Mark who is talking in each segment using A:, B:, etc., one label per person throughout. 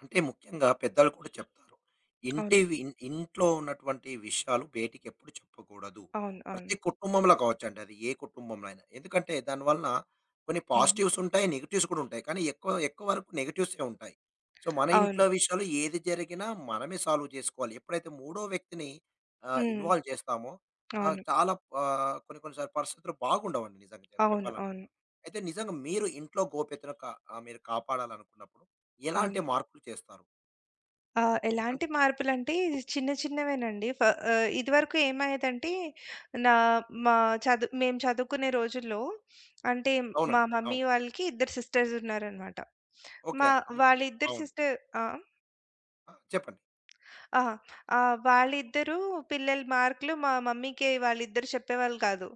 A: అంటే ముఖ్యంగా పెద్దలు కూడా చెప్తారు. ఇంటి
B: అవును.
A: వి ఇన్ ఇంట్లో ఉన్నటువంటి విషయాలు బయటికి ఎప్పుడు చెప్పకూడదు.
B: అవును.
A: ప్రతి
B: అవును.
A: కుటుంబంలో కావచ్చండి. అది ఏ కుటుంబంలో అయినా. ఎందుకంటే దానివల్ల కొన్ని
B: హ్మ్.
A: పాజిటివ్స్ ఉంటాయి. నెగెటివ్స్ కూడా ఉంటాయి. కానీ ఎక్కువ ఎక్కువ వరకు నెగెటివ్సే ఉంటాయి. సో, మన ఇంట్లో
B: అవును.
A: విషయాలు ఏది జరిగినా మనమే సాల్వ్ చేసుకోవాలి. ఎప్పుడైతే మూడో వ్యక్తిని
B: హ్మ్.
A: ఇన్వాల్వ్ చేస్తామో
B: అవును.
A: చాలా కొన్ని కొన్ని సార్లు పరిస్థితులు బాగుండవండి నిజంగా
B: అవును.
A: చెప్పాలంటే.
B: అవును.
A: అయితే నిజంగా మీరు ఇంట్లో గోప్యతను మీరు కాపాడాలనుకున్నప్పుడు ఎలాంటి
B: అవును.
A: మార్పులు చేస్తారు? అన్
B: ఎలాంటి మార్పులంటే చిన్న చిన్నవేనండి. ఇదివరకు ఏమయ్యేదంటే నా మా మేము చదువుకునే రోజుల్లో అంటే మా
A: అవునండి.
B: మమ్మీ
A: అవును.
B: వాళ్ళకి ఇద్దరు సిస్టర్స్ ఉన్నారనమాట.
A: ఓకే.
B: మా
A: ము
B: వాళ్ళిద్దరు
A: అవును.
B: ఆ!
A: ఆ! చెప్పండి.
B: ఆ! వాళ్ళిద్దరూ పిల్లల మార్కులు మా మమ్మీకి వాళ్ళిద్దరు చెప్పేవాళ్ళు కాదు.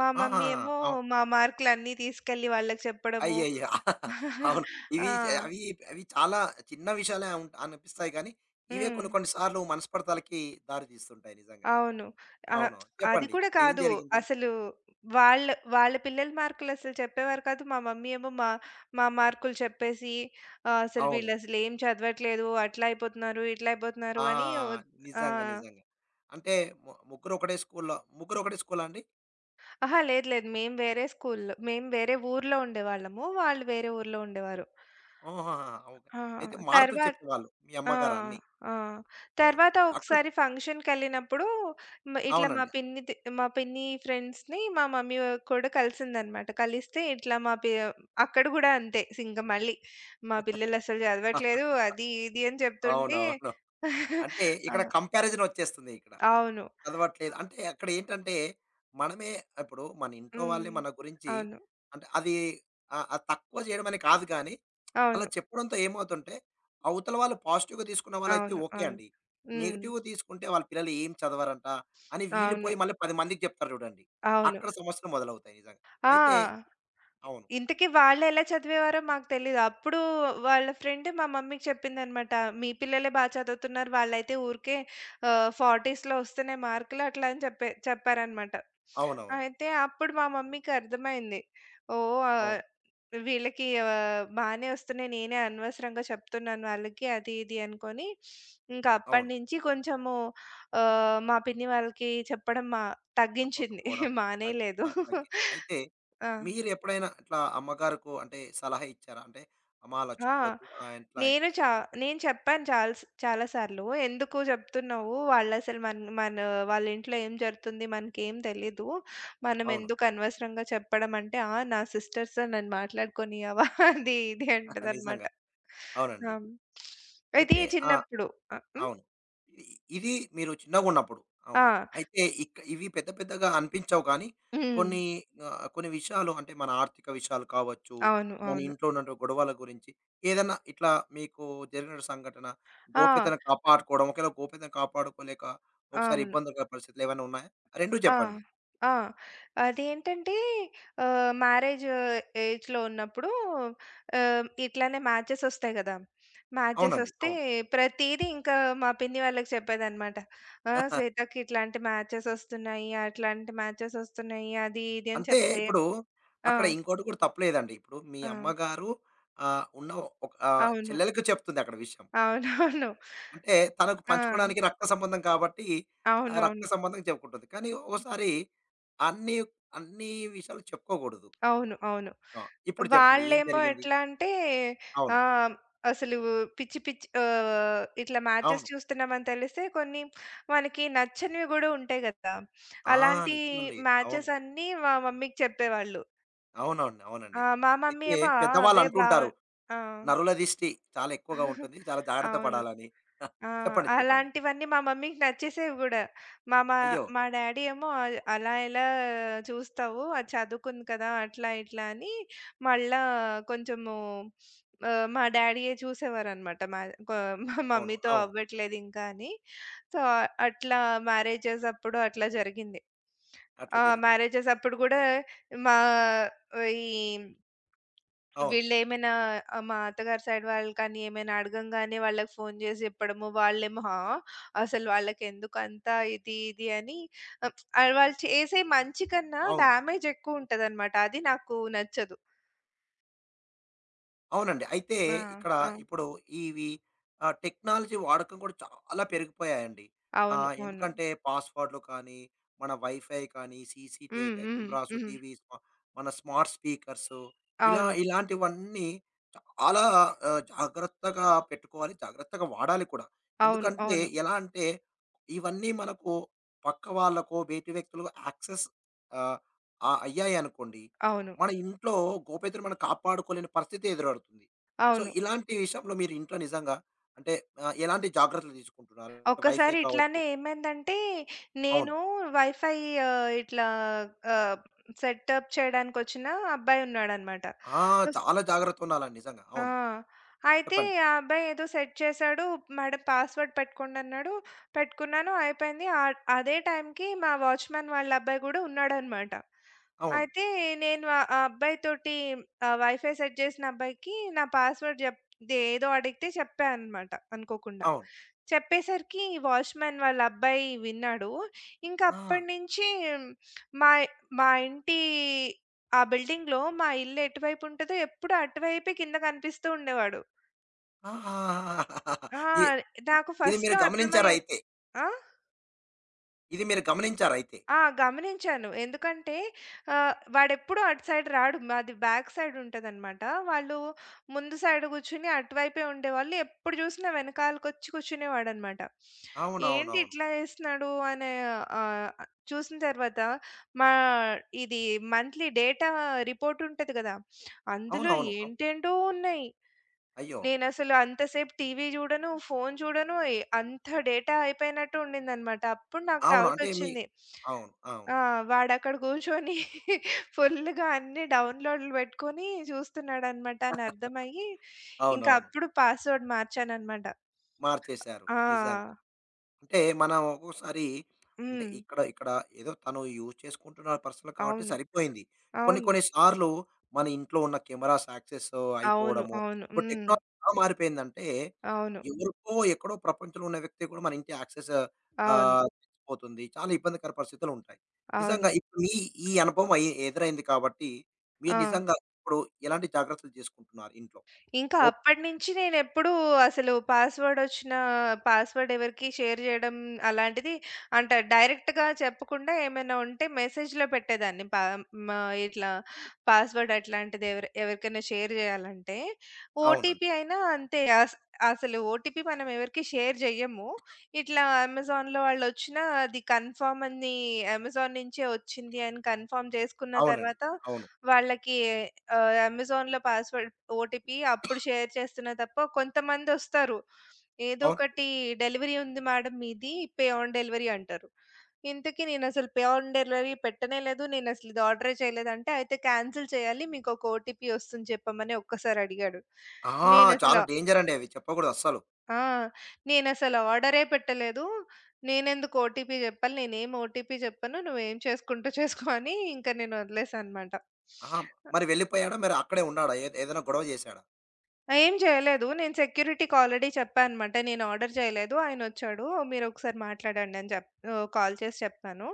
B: మా
A: ఆహా!
B: మమ్మీ ఏమో
A: అవును.
B: మా మార్కులన్నీ తీసుకెళ్ళి వాళ్ళకి చెప్పడము,
A: అయ్యయ్యో! అవును.
B: ఆ!
A: అవి అవి చాలా చిన్న విషయాలే అనిపిస్తాయి గానీ, ఇవే
B: హ్మ్.
A: కొన్ని కొన్ని సార్లు మనస్పర్థలకి దారి తీస్తుంటాయి నిజంగా.
B: అవును. అహా!
A: అవును.
B: అది
A: చెప్పండి.
B: కూడా
A: ఇప్పుడు ఏం
B: కాదు.
A: జరిగింది?
B: అసలు వాళ్ళ వాళ్ళ పిల్లల మార్కులసలు చెప్పేవారు కాదు. మా మమ్మీ ఏమో మా మా మార్కులు చెప్పేసి అసలు
A: అవును.
B: వీళ్ళసలు ఏం చదవట్లేదు. అట్లా అయిపోతున్నారు, ఇట్లా అయిపోతున్నారు
A: ఆ!
B: అని ఆ!
A: నిజంగా. నిజంగా. అంటే ముగ్గురు ఒకటే స్కూల్‌లో ముగ్గురు ఒకటే స్కూలా అండి?
B: అహా! లేదు లేదు. మేము వేరే ఊర్లో ఉండేవాళ్ళము. వాళ్ళు వేరే ఊర్లో ఉండేవారు.
A: ఆహాహా! ఓకే.
B: ఆ!
A: అయితే మార్కులు
B: తర్వా
A: చెప్పేవాళ్ళు మీ
B: ఆ!
A: అమ్మగారు అన్నీ.
B: ఆ!
A: అవును.
B: తర్వాత
A: అక్కడ
B: ఒకసారి ఫంక్షన్‌కెళ్ళినప్పుడు ఇట్లా
A: అవునండి.
B: మా పిన్ని ఫ్రెండ్స్‌ని మా మమ్మీ కూడా కలిసిందనమాట. కలిస్తే ఇట్లా మా పి అక్కడ గూడా అంతే ఇంక మళ్ళీ మా పిల్లలసలు చదవట్లేదు అది ఇది అని చెప్తుంటే
A: అవునవును. అంటే
B: ఆ!
A: ఇక్కడ కంపారిజన్ వచ్చేస్తుంది ఇక్కడ.
B: అవును.
A: చదవట్లేదు అంటే అక్కడ ఏంటంటే మనమే ఇప్పుడు మన ఇంట్లో వాళ్ళే
B: హ్మ్.
A: మన గురించి
B: అవును.
A: అంటే అది ఆహ్, ఆహ్, తక్కువ చేయడం అని కాదు గానీ, అలా
B: అవును.
A: చెప్పడంతో ఏమవుతుంటే అవతల వాళ్ళు పాజిటివ్‌గా తీసుకున్న వాళ్ళైతే
B: అవును.
A: ఓకే
B: అవును.
A: అండి.
B: హ్మ్.
A: నెగెటివ్‌గా తీసుకుంటే వాళ్ళ పిల్లలు ఏం చదవరంట అని వీళ్ళు
B: అవును.
A: పోయి మళ్ళీ 10 మందికి చెప్తారు చూడండి.
B: అవును.
A: అక్కడ సమస్యలు మొదలవుతాయి నిజంగా.
B: ఆ!
A: అయితే అవును.
B: ఇంతకీ వాళ్ళెలా చదివేవారో మాకు తెలీదు. అప్పుడు వాళ్ళ ఫ్రెండ్ మా మమ్మీకి చెప్పిందనమాట. మీ పిల్లలే బా చదువుతున్నారు. వాళ్ళైతే ఊరికే 40స్‌లో వస్తున్నాయి మార్కులు అట్లా అని చెప్పారనమాట.
A: అవునవును.
B: అయితే అప్పుడు మా మమ్మీకి అర్థమైంది. ఓహ్!
A: అవును.
B: వీళ్ళకి బానే వస్తున్నాయి. నేనే అనవసరంగా చెప్తున్నాను వాళ్ళకి అది ఇది అనుకోని, ఇంకా
A: అవును.
B: అప్పటినుంచి కొంచెము మా పిన్ని వాళ్ళకి చెప్పడం తగ్గించింది.
A: చెప్పకపోవడం.
B: మానేయలేదు.
A: తగ్గి అయితే
B: ఆ!
A: మీరెప్పుడైనా ఇట్లా అమ్మగారుకు అంటే సలహా ఇచ్చారా? అంటే అమ్మా అలా
B: ఆ!
A: చెప్పొద్దు. ఇట్లా
B: నేను
A: ఇట్లా
B: చా
A: ఎట్లా
B: నేను చెప్పాను చాలా సార్లు. "ఎందుకు చెప్తున్నావు? వాళ్ళసలు మన వాళ్ళ ఇంట్లో ఏం జరుగుతుంది మనకేం తెలీదు. మనం
A: అవును.
B: ఎందుకు అనవసరంగా చెప్పడం" అంటే, "ఆ! నా సిస్టర్స్‌తో నన్ను మాట్లాడుకోనియ్యవా?" అది ఇది అంటదనమాట.
A: నిజంగా. అవునండి.
B: ఆ! ఇది
A: అయితే ఆ!
B: చిన్నప్పుడు. ఆ! హ్మ్.
A: అవును. ఇది ఇది మీరు చిన్నగున్నప్పుడు. అవును.
B: ఆ!
A: అయితే ఇక ఇవి పెద్ద పెద్దగా అనిపించవు కానీ,
B: హ్మ్.
A: కొన్ని కొన్ని విషయాలు అంటే మన ఆర్థిక విషయాలు కావచ్చు,
B: అవును.
A: మన
B: అవును.
A: ఇంట్లో ఉన్న గొడవల గురించి ఏదన్నా ఇట్లా మీకు జరిగిన సంఘటన,
B: ఆ!
A: గోప్యతను కాపాడుకోవడం, ఒకవేళ గోప్యతను కాపాడుకోలేక ఒకసారి
B: అవును.
A: ఇబ్బందికర పరిస్థితులు ఏమైనా ఉన్నాయా? 2
B: ఆ!
A: చెప్పండి.
B: ఆ! అదేంటంటే మ్యారేజ్ ఏజ్‌లో ఉన్నప్పుడు ఇట్లానే మ్యాచెస్ ఒస్తాయి గదా! మ్యాచెస్
A: అవునండి.
B: ఒస్తే
A: అవును.
B: ప్రతీదీ ఇంకా మా పిన్ని వాళ్ళకి చెప్పేదనమాట. ఆ! శ్వేతకి ఇట్లాంటి మ్యాచెస్ ఒస్తున్నాయి, అట్లాంటి మ్యాచెస్ ఒస్తున్నాయి, అది ఇది అని
A: అంటే
B: చెప్తే
A: ఇప్పుడు
B: ఆ!
A: అక్కడ ఇంకోటి కూడా తప్పులేదండి. ఇప్పుడు మీ
B: ఆ!
A: అమ్మగారు ఉన్న ఒక
B: అవును.
A: చెల్లెలికి చెప్తుంది అక్కడ విషయం.
B: అవునవును.
A: అంటే తనకు
B: ఆ!
A: పంచుకోవడానికి రక్త సంబంధం కాబట్టి ఆ రక్త
B: అవునవును.
A: సంబంధం చెప్పుకుంటుంది. కానీ ఒక్కోసారి అన్ని అన్ని విషయాలు చెప్పుకోకూడదు.
B: అవును. అవును.
A: ఆ! ఇప్పుడు చెప్పండి ఏం
B: వాళ్ళేమో
A: జరిగింది?
B: ఎట్లా అంటే
A: అవును.
B: ఆహ్, అసలు పిచ్చి పిచ్చి ఇట్లా
A: అవును.
B: మ్యాచెస్ చూస్తున్నామని తెలిస్తే కొన్ని మనకి నచ్చనివి గూడా ఉంటాయి గదా!
A: ఆ!
B: అలాంటి
A: నిజమండి. అవును.
B: మ్యాచెస్ అన్నీ మా మమ్మీకి చెప్పేవాళ్ళు.
A: అవునండి.
B: ఆ!
A: అవునండి.
B: మా మమ్మీ
A: అయితే
B: ఏమో "ఆ!
A: పెద్దవాళ్ళు
B: అవే బావు"
A: అంటుంటారు.
B: ఆ!
A: నరుల దిష్టి చాలా ఎక్కువగా ఉంటుంది. చాలా జాగ్రత్త
B: అవును.
A: పడాలని.
B: ఆ!
A: చెప్పండి. చెప్పండి.
B: అలాంటివన్నీ మా మమ్మీకి నచ్చేసేవి గూడా. మా మా
A: అయ్యో!
B: మా డ్యాడీ ఏమో "అల్ అలా ఎలా చూస్తావు? అది చదువుకుంది కదా! అట్లా ఇట్లా" అని మళ్ళా కొంచెము మా డ్యాడీయే చూసేవారనమాట. కొ మా
A: అవును.
B: మమ్మీతో
A: అవును.
B: అవ్వట్లేదింకా అని. సో, అట్లా మ్యారేజెస్ అప్పుడు అట్లా జరిగింది.
A: అట్లా
B: ఆ!
A: జరిగింది.
B: మ్యారేజెస్ అప్పుడు గూడా మా ఈ
A: అవును.
B: వీళ్ళేమైనా మా అత్తగారి సైడ్ వాళ్ళు కానీ ఏమైనా అడగంగానే వాళ్ళకి ఫోను జేసి జెప్పడము. వాళ్ళేమో ఆ! అసలు వాళ్ళకెందుకంత ఇది ఇది అని వాళ్ళు చేసే మంచి కన్నా
A: అవును.
B: డ్యామేజ్ ఎక్కువుంటదనమాట. అది నాకు నచ్చదు.
A: అవునండి. అయితే
B: ఆ!
A: ఇక్కడ
B: ఆ!
A: ఇప్పుడు ఇవి టెక్నాలజీ వాడకం కూడా చాలా పెరిగిపోయాయండి.
B: అవును. అవును.
A: ఎందుకంటే పాస్‌వర్డ్‌లు కానీ, మన వైఫై కానీ, సీసీటీ
B: హ్మ్. హ్మ్.
A: కెమెరాస్,
B: హ్మ్.
A: టీవీస్, మన స్మార్ట్ స్పీకర్సు ఇలా
B: అవును.
A: ఇలాంటివన్నీ చాలా జాగ్రత్తగా పెట్టుకోవాలి. జాగ్రత్తగా వాడాలి కూడా.
B: అవును.
A: ఎందుకంటే
B: అవును.
A: ఎలా అంటే ఇవన్నీ మనకు పక్క వాళ్ళకో, బయటి వ్యక్తులకు యాక్సెస్ ఆహ్, ఆహ్, అయ్యాయనుకోండి
B: అవును.
A: మన ఇంట్లో గోప్యతను మనం కాపాడుకోలేని పరిస్థితి ఎదురవుతుంది. సో,
B: అవును.
A: ఇలాంటి విషయంలో మీరు ఇంట్లో నిజంగా అంటే ఎలాంటి జాగ్రత్తలు తీసుకుంటున్నారు? వైఫై
B: ఒక్కసారి
A: కావచ్చు
B: ఇట్లానే ఏమైందంటే
A: అవును.
B: నేను వైఫై ఇట్లా ఆహ్, సెటప్ చేయడానికొచ్చిన అబ్బాయున్నాడనమాట.
A: ఆ! చాలా జాగ్రత్తగా ఉండాలండి నిజంగా.
B: ఆ!
A: అవును.
B: అయితే
A: చెప్పండి.
B: ఆ అబ్బాయి ఏదో సెట్ చేశాడు. మేడం పాస్‌వర్డ్ పెట్టుకోండి అన్నాడు. పెట్టుకున్నాను అయిపోయింది. అదే టైంకి మా వాచ్‌మ్యాన్ వాళ్ళ అబ్బాయి గూడా ఉన్నాడనమాట.
A: అవును.
B: అయితే నేను ఆ అబ్బాయితోటి వైఫై సెట్ చేసిన అబ్బాయికి నా పాస్‌వర్డ్ జెప్ ఏదో అడిగితే చెప్పా అనమాట అనుకోకుండా.
A: అవును.
B: చెప్పేసరికి వాచ్‌మ్యాన్ వాళ్ళ అబ్బాయి విన్నాడు. ఇంక
A: ఆ!
B: అప్పటినుంచి మా మా ఇంటి ఆ బిల్డింగ్‌లో మా ఇల్లు ఎటువైపు ఉంటదో ఎప్పుడు అటువైపే కింద కనిపిస్తూ ఉండేవాడు.
A: ఆహా!
B: ఆ!
A: ఇ
B: నాకు
A: ఇది మీరు
B: ఫస్ట్‌లో అర్థమయ్యేది
A: గమనించారయితే.
B: ఆ!
A: ఇది మీరు గమనించారయితే.
B: ఆ! గమనించాను. ఎందుకంటే వాడెప్పుడూ అటు సైడ్ రాడు. మాది బ్యాక్ సైడ్ ఉంటదనమాట. వాళ్ళు ముందు సైడ్ కూర్చొని అటువైపే ఉండేవాళ్ళు. ఎప్పుడు చూసినా వెనకాలకొచ్చి కూర్చునేవాడనమాట. ఏంటి
A: అవునవునవును.
B: ఇట్లా చేస్తున్నాడు అనే ఆహ్, చూసిన తర్వాత మా ఇది మంత్లీ డేటా రిపోర్ట్ ఉంటది కదా! అందులో
A: అవునవును.
B: ఏంటేంటో ఉన్నాయి.
A: అయ్యో!
B: నేనసలు అంతసేపు టీవీ జూడను, ఫోను జూడను. ఎ అంత డేటా అయిపోయినట్టు ఉండిందనమాట. అప్పుడు నాకు
A: అవును. అంటే మీ
B: డౌటొచ్చింది.
A: అవును. అవును.
B: ఆ! వాడక్కడ గూర్చొని ఫుల్లుగా అన్ని డౌన్‌లోడ్‌లు బెట్టుకొని జూస్తున్నాడనమాట అనర్థమయ్యి, ఇంకా
A: అవునవును.
B: అప్పుడు పాస్‌వర్డ్ మార్చాననమాట.
A: మార్చేశారు.
B: ఆ!
A: నిజంగా. అంటే మనం ఒక్కోసారి అంటే
B: హ్మ్.
A: ఇక్కడ ఇక్కడ ఏదో తను యూజ్ చేసుకుంటున్న పర్సనల్ కాబట్టి
B: అవును.
A: సరిపోయింది. కొన్ని
B: అవును.
A: కొన్ని సార్లు మన ఇంట్లో ఉన్న కెమెరాస్ యాక్సెస్
B: అవును.
A: అయిపోవడము,
B: అవును.
A: ఇప్పుడు
B: హ్మ్.
A: టెక్నాలజీ ఎలా మారిపోయిందంటే
B: అవును.
A: ఎవరికో ఎక్కడో ప్రపంచంలో ఉన్న వ్యక్తి కూడా మన ఇంటి యాక్సెస్
B: అవును.
A: ఆహ్, పోతుంది. చాలా ఇబ్బందికర పరిస్థితులు ఉంటాయి.
B: అవును. అవును.
A: నిజంగా ఇప్పుడు మీ ఈ అనుభవం అయి ఎదురైంది కాబట్టి మీరు
B: ఆ!
A: నిజంగా ఇప్పుడు ఎలాంటి జాగ్రత్తలు తీసుకుంటున్నారు ఇంట్లో?
B: ఇంకా
A: గోప్
B: అప్పటినుంచి నేనెప్పుడూ అసలు పాస్‌వర్డొచ్చిన పాస్‌వర్డ్ ఎవరికీ షేర్ జేయడం అలాంటిది అంటే డైరెక్ట్‌గా చెప్పకుండా ఏమైనా ఉంటే మెసేజ్‌లో పెట్టేదాన్ని. మా ఇట్లా పాస్‌వర్డ్ అట్లాంటిది ఎవరికైనా షేర్ జేయాలంటే.
A: అవునండి.
B: ఓటీపీ అయినా అంతే. అసలు ఓటీపీ మనం ఎవరికీ షేర్ జెయ్యము. ఇట్లా అమెజాన్‌లో వాళ్ళొచ్చినా అది కన్ఫర్మ్ అని అమెజాన్ నుంచే ఒచ్చింది అని కన్ఫర్మ్ జేసుకున్న
A: అవునండి.
B: తర్వాత
A: అవును.
B: వాళ్ళకి అమెజాన్‌లో పాస్‌వర్డ్ ఓటీపీ అప్పుడు షేర్ చేస్తున్నా తప్ప, కొంతమందొస్తారు. ఏదో
A: అవును.
B: ఒకటి డెలివరీ ఉంది మేడం మీది, పే ఆన్ డెలివరీ అంటారు. ఇంతకీ నేనసలు పే ఆన్ డెలివరీ పెట్టనే లేదు. నేనసలు ఇది ఆర్డరే చేయలేదంటే, అయితే క్యాన్సిల్ చేయాలి. మీకొక ఓటీపీ వస్తుంది చెప్పమని ఒక్కసారి అడిగాడు.
A: ఆ!
B: నేనసలు
A: చాలా డేంజర్ అండి అవి చెప్పకూడదు అస్సలు.
B: ఆ! నేనసలు ఆర్డరే పెట్టలేదు. నేనెందుకు ఓటీపీ చెప్పాలి? నేనేం ఓటీపీ చెప్పను. నువ్వేం చేసుకుంటూ చేసుకో అని ఇంక నేను వదిలేసా అనమాట.
A: ఆహా! మరి వెళ్ళిపోయాడా? మరి అక్కడే ఉన్నాడా? ఏదైనా గొడవ చేశాడా?
B: ఆ! ఏం చేయలేదు. నేను సెక్యూరిటీకి ఆల్రెడీ చెప్పా అనమాట. నేను ఆర్డర్ చేయలేదు. ఆయనొచ్చాడు. మీరొకసారి మాట్లాడండి అని చెప్ కాల్ చేసి చెప్పాను.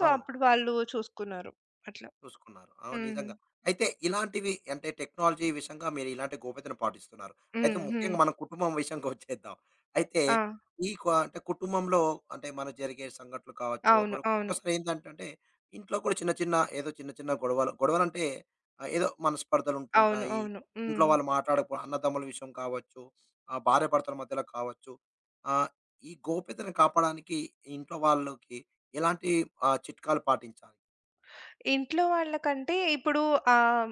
B: సో,
A: అవును.
B: అప్పుడు వాళ్ళు చూసుకున్నారు. అట్లా.
A: చూసుకున్నారు. అవును.
B: హ్మ్.
A: నిజంగా. అయితే ఇలాంటివి అంటే టెక్నాలజీ విషయంగా మీరు ఇలాంటి గోప్యతను పాటిస్తున్నారు. అయితే
B: హ్మ్. హ్మ్.
A: ముఖ్యంగా మన కుటుంబం విషయంకొచ్చేద్దాం. అయితే
B: ఆ!
A: ఈ అంటే కుటుంబంలో అంటే మన జరిగే సంఘటనలు కావచ్చు,
B: అవును.
A: అప్పుడు
B: అవును.
A: ఒక్కోసారి ఏందంటంటే ఇంట్లో కూడా చిన్న చిన్న ఏదో చిన్న చిన్న గొడవలు గొడవలంటే ఏదో
B: అవును.
A: మనస్పర్ధలుంటుంటాయి.
B: అవును.
A: ఇంట్లో
B: హ్మ్.
A: వాళ్ళు అన్నదమ్ముల విషయం కావచ్చు, భార్యాభర్తల మధ్యలో కావచ్చు. ఆహ్, ఈ గోప్యతను కాపాడడానికి ఇంట్లో వాళ్ళకి ఎలాంటి చిట్కాలు పాటించాలి?
B: ఇంట్లో వాళ్ళకంటే ఇప్పుడు ఆహ్,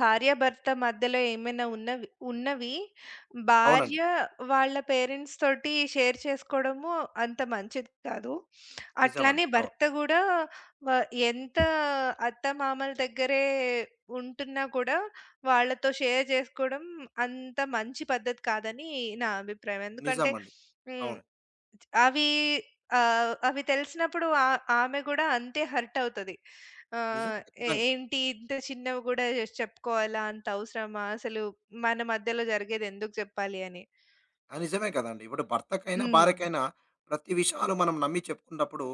B: భార్యాభర్త మధ్యలో ఏమైనా ఉన్నవి ఉన్నవి
A: అవునండి.
B: భార్య వాళ్ళ పేరెంట్స్ తోటి షేర్ చేసుకోవడము అంత మంచిది కాదు.
A: నిజమండి.
B: అట్లానే
A: అవును.
B: భర్త గూడా వ ఎంత అత్తమామల దగ్గరే ఉంటున్నా కూడా వాళ్ళతో షేర్ చేసుకోవడం అంత మంచి పద్ధతి కాదని నా అభిప్రాయం. ఎందుకంటే
A: నిజమండి.
B: హ్మ్.
A: అవును.
B: అవి అవి తెలిసినప్పుడు ఆ ఆమె గూడా అంతే హర్ట్ అవుతది.
A: నిజం
B: ఆహ్, "ఏ
A: ఖచ్చితంగా.
B: ఏంటి ఇంత చిన్నవి గూడా చెప్పుకోవాలా? అంత అవసరమా? అసలు మన మధ్యలో జరిగేది ఎందుకు జెప్పాలి" అని.
A: ఆ! నిజమే కదండీ. ఇప్పుడు భర్తకైనా,
B: హ్మ్.
A: భార్యకైనా ప్రతి విషయాలు మనం నమ్మి చెప్పుకున్నప్పుడు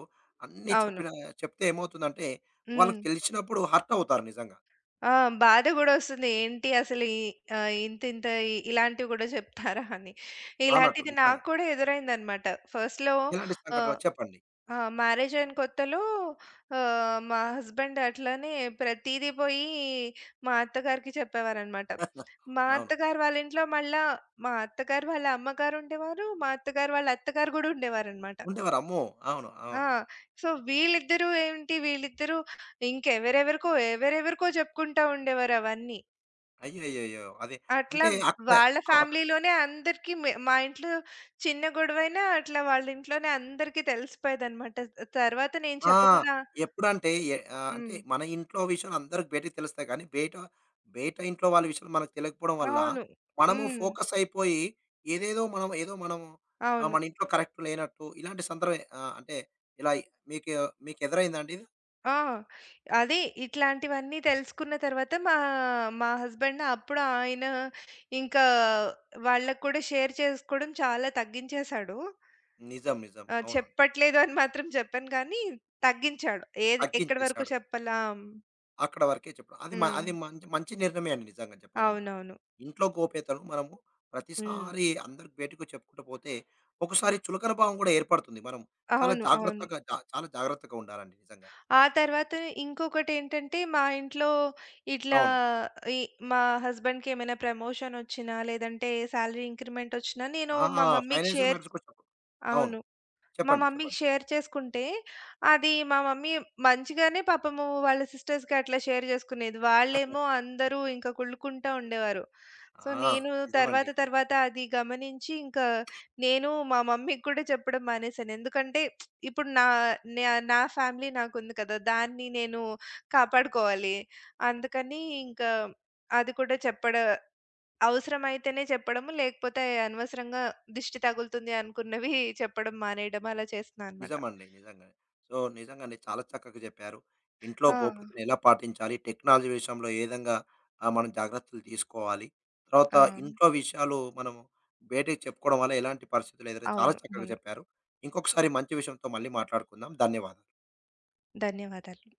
A: అన్నీ
B: అవును.
A: చెప్తే ఏమవుతుందంటే,
B: హ్మ్.
A: వాళ్ళకి తెలిసినప్పుడు హర్ట్ అవుతారు నిజంగా.
B: ఆ! బాధ గూడా ఒస్తుంది. ఏంటి అసలు ఇంత ఇంత ఇలాంటివి గూడా జెప్తారా అని.
A: అవునట్టు
B: ఇలాంటిది
A: నిజంగా.
B: నాకు కూడా ఎదురైందనమాట. ఫస్ట్‌లో
A: ఎలాంటి సంఘటన
B: ఆహ్
A: చెప్పండి?
B: ఆ! మ్యారేజ్ అయిన కొత్తలో మా హస్బెండ్ అట్లనే ప్రతీదీ పోయి మా అత్తగారికి చెప్పేవారనమాట. మా
A: అవునవును.
B: అత్తగారు వాళ్ళ ఇంట్లో మళ్ళా మా అత్తగారు వాళ్ళ అమ్మగారు ఉండేవారు. మా అత్తగారు వాళ్ళ అత్తగారు గూడా ఉండేవారనమాట.
A: ఉండేవారు. అమ్మో! అవును.
B: ఆ!
A: అవును.
B: సో, వీళ్ళిద్దరూ ఎవరెవరికో చెప్పుకుంటా ఉండేవారు అవన్నీ.
A: అయ్యయ్యయ్యో! అది
B: అట్లా
A: అంటే అక్కడ
B: వాళ్ళ
A: అక్కడ
B: ఫ్యామిలీలోనే అందరికీ మా ఇంట్లో చిన్న గొడవైనా అట్లా వాళ్ళ ఇంట్లోనే అందరికీ తెలిసిపోయేదనమాట. తర్వాత నేను
A: ఆ!
B: చెప్పకుండా
A: ఎప్పుడంటే అంటే
B: హ్మ్.
A: మన ఇంట్లో విషయాలు అందరికి బయటికి తెలుస్తాయి కానీ, బయట బయట ఇంట్లో వాళ్ళ విషయాలు మనకు తెలియకపోవడం వల్ల,
B: అవును.
A: మనము
B: హ్మ్.
A: ఫోకస్ అయిపోయి ఏదేదో మనం ఏదో మనము
B: అవును.
A: మన ఇంట్లో కరెక్ట్ లేనట్టు ఇలాంటి సందర్భం అంటే ఇలా మీకు మీకు ఎదురైందా అండి ఇది?
B: ఆ! అదే ఇట్లాంటివన్నీ తెలుసుకున్న తర్వాత మా మా హస్బెండ్ అప్పుడు ఆయన ఇంకా వాళ్ళకి కూడా షేర్ చేసుకోవడం చాలా తగ్గించేశాడు.
A: నిజం. నిజం.
B: ఆ!
A: అవునండి.
B: చెప్పట్లేదు అని మాత్రం చెప్పను కానీ తగ్గించాడు. ఏది ఎక్కడి వరకు
A: తగ్గించేశాడు.
B: చెప్పలా
A: అక్కడ వరకే చెప్పడం. అది మ
B: హ్మ్.
A: అది మంచి మంచి నిర్ణయమే అండి నిజంగా చెప్పాలంటే.
B: అవునవును.
A: ఇంట్లో గోప్యతను మనము
B: హ్మ్.
A: ప్రతిసారి అందరికి బయటకు చెప్పుకుంటూ పోతే, ఒకసారి చులకన భావం కూడా ఏర్పడుతుంది. మనం చాలా
B: అవును. అవును.
A: జాగ్రత్తగా జా చాలా జాగ్రత్తగా ఉండాలండి నిజంగా.
B: ఆ
A: సో
B: తర్వాత ఇంకొకటేంటంటే, మా ఇంట్లో ఇట్లా
A: అవును.
B: ఈ మా హస్బెండ్‌కి ఏమైనా ప్రమోషన్ ఒచ్చినా, లేదంటే సాలరీ ఇంక్రిమెంట్ ఒచ్చినా, నేను
A: ఆ!
B: మా మమ్మీకి
A: ఫైనాన్షియల్
B: షేర్
A: మ్యాటర్స్ కూడా చెప్పకు. అవును.
B: అవును. మా
A: చెప్పండి.
B: మమ్మీకి
A: చెప్పండి.
B: షేర్ చేసుకుంటే, అది మా మమ్మీ మంచిగానే పాపము వాళ్ళ సిస్టర్స్‌కి అట్లా షేర్ చేసుకునేది. వాళ్ళేమో అందరూ ఇంకా కుళ్ళుకుంటా ఉండేవారు. సో,
A: ఆ!
B: నేను
A: నిజమండి.
B: తర్వాత తర్వాత అది గమనించి ఇంకా నేను మా మమ్మీకి కూడా చెప్పడం మానేశాను. ఎందుకంటే ఇప్పుడు నే నా ఫ్యామిలీ నాకుంది కదా! దాన్ని నేను కాపాడుకోవాలి. అందుకని ఇంకా అది కూడా చెప్పడ అవసరమైతేనే చెప్పడము, లేకపోతే అనవసరంగా దిష్టి తగులుతుంది అనుకున్నవి చెప్పడం మానేయడం అలా చేస్తున్నా అనమాట.
A: నిజమండి. నిజంగానే. సో, నిజంగానే చాలా చక్కగా చెప్పారు. ఇంట్లో
B: ఆ!
A: గోప్యతను ఎలా పాటించాలి? టెక్నాలజీ విషయంలో ఏ విధంగా మనం జాగ్రత్తలు తీసుకోవాలి? తర్వాత
B: ఆ!
A: ఇంట్లో విషయాలు మనము బయటకి చెప్పుకోవడం వల్ల ఎలాంటి పరిస్థితులు ఎదురై చాలా
B: అవును.
A: చక్కగా
B: అవును.
A: చెప్పారు. ఇంకొకసారి మంచి విషయంతో మళ్ళీ మాట్లాడుకుందాం. ధన్యవాదాలు.
B: ధన్యవాదాలు.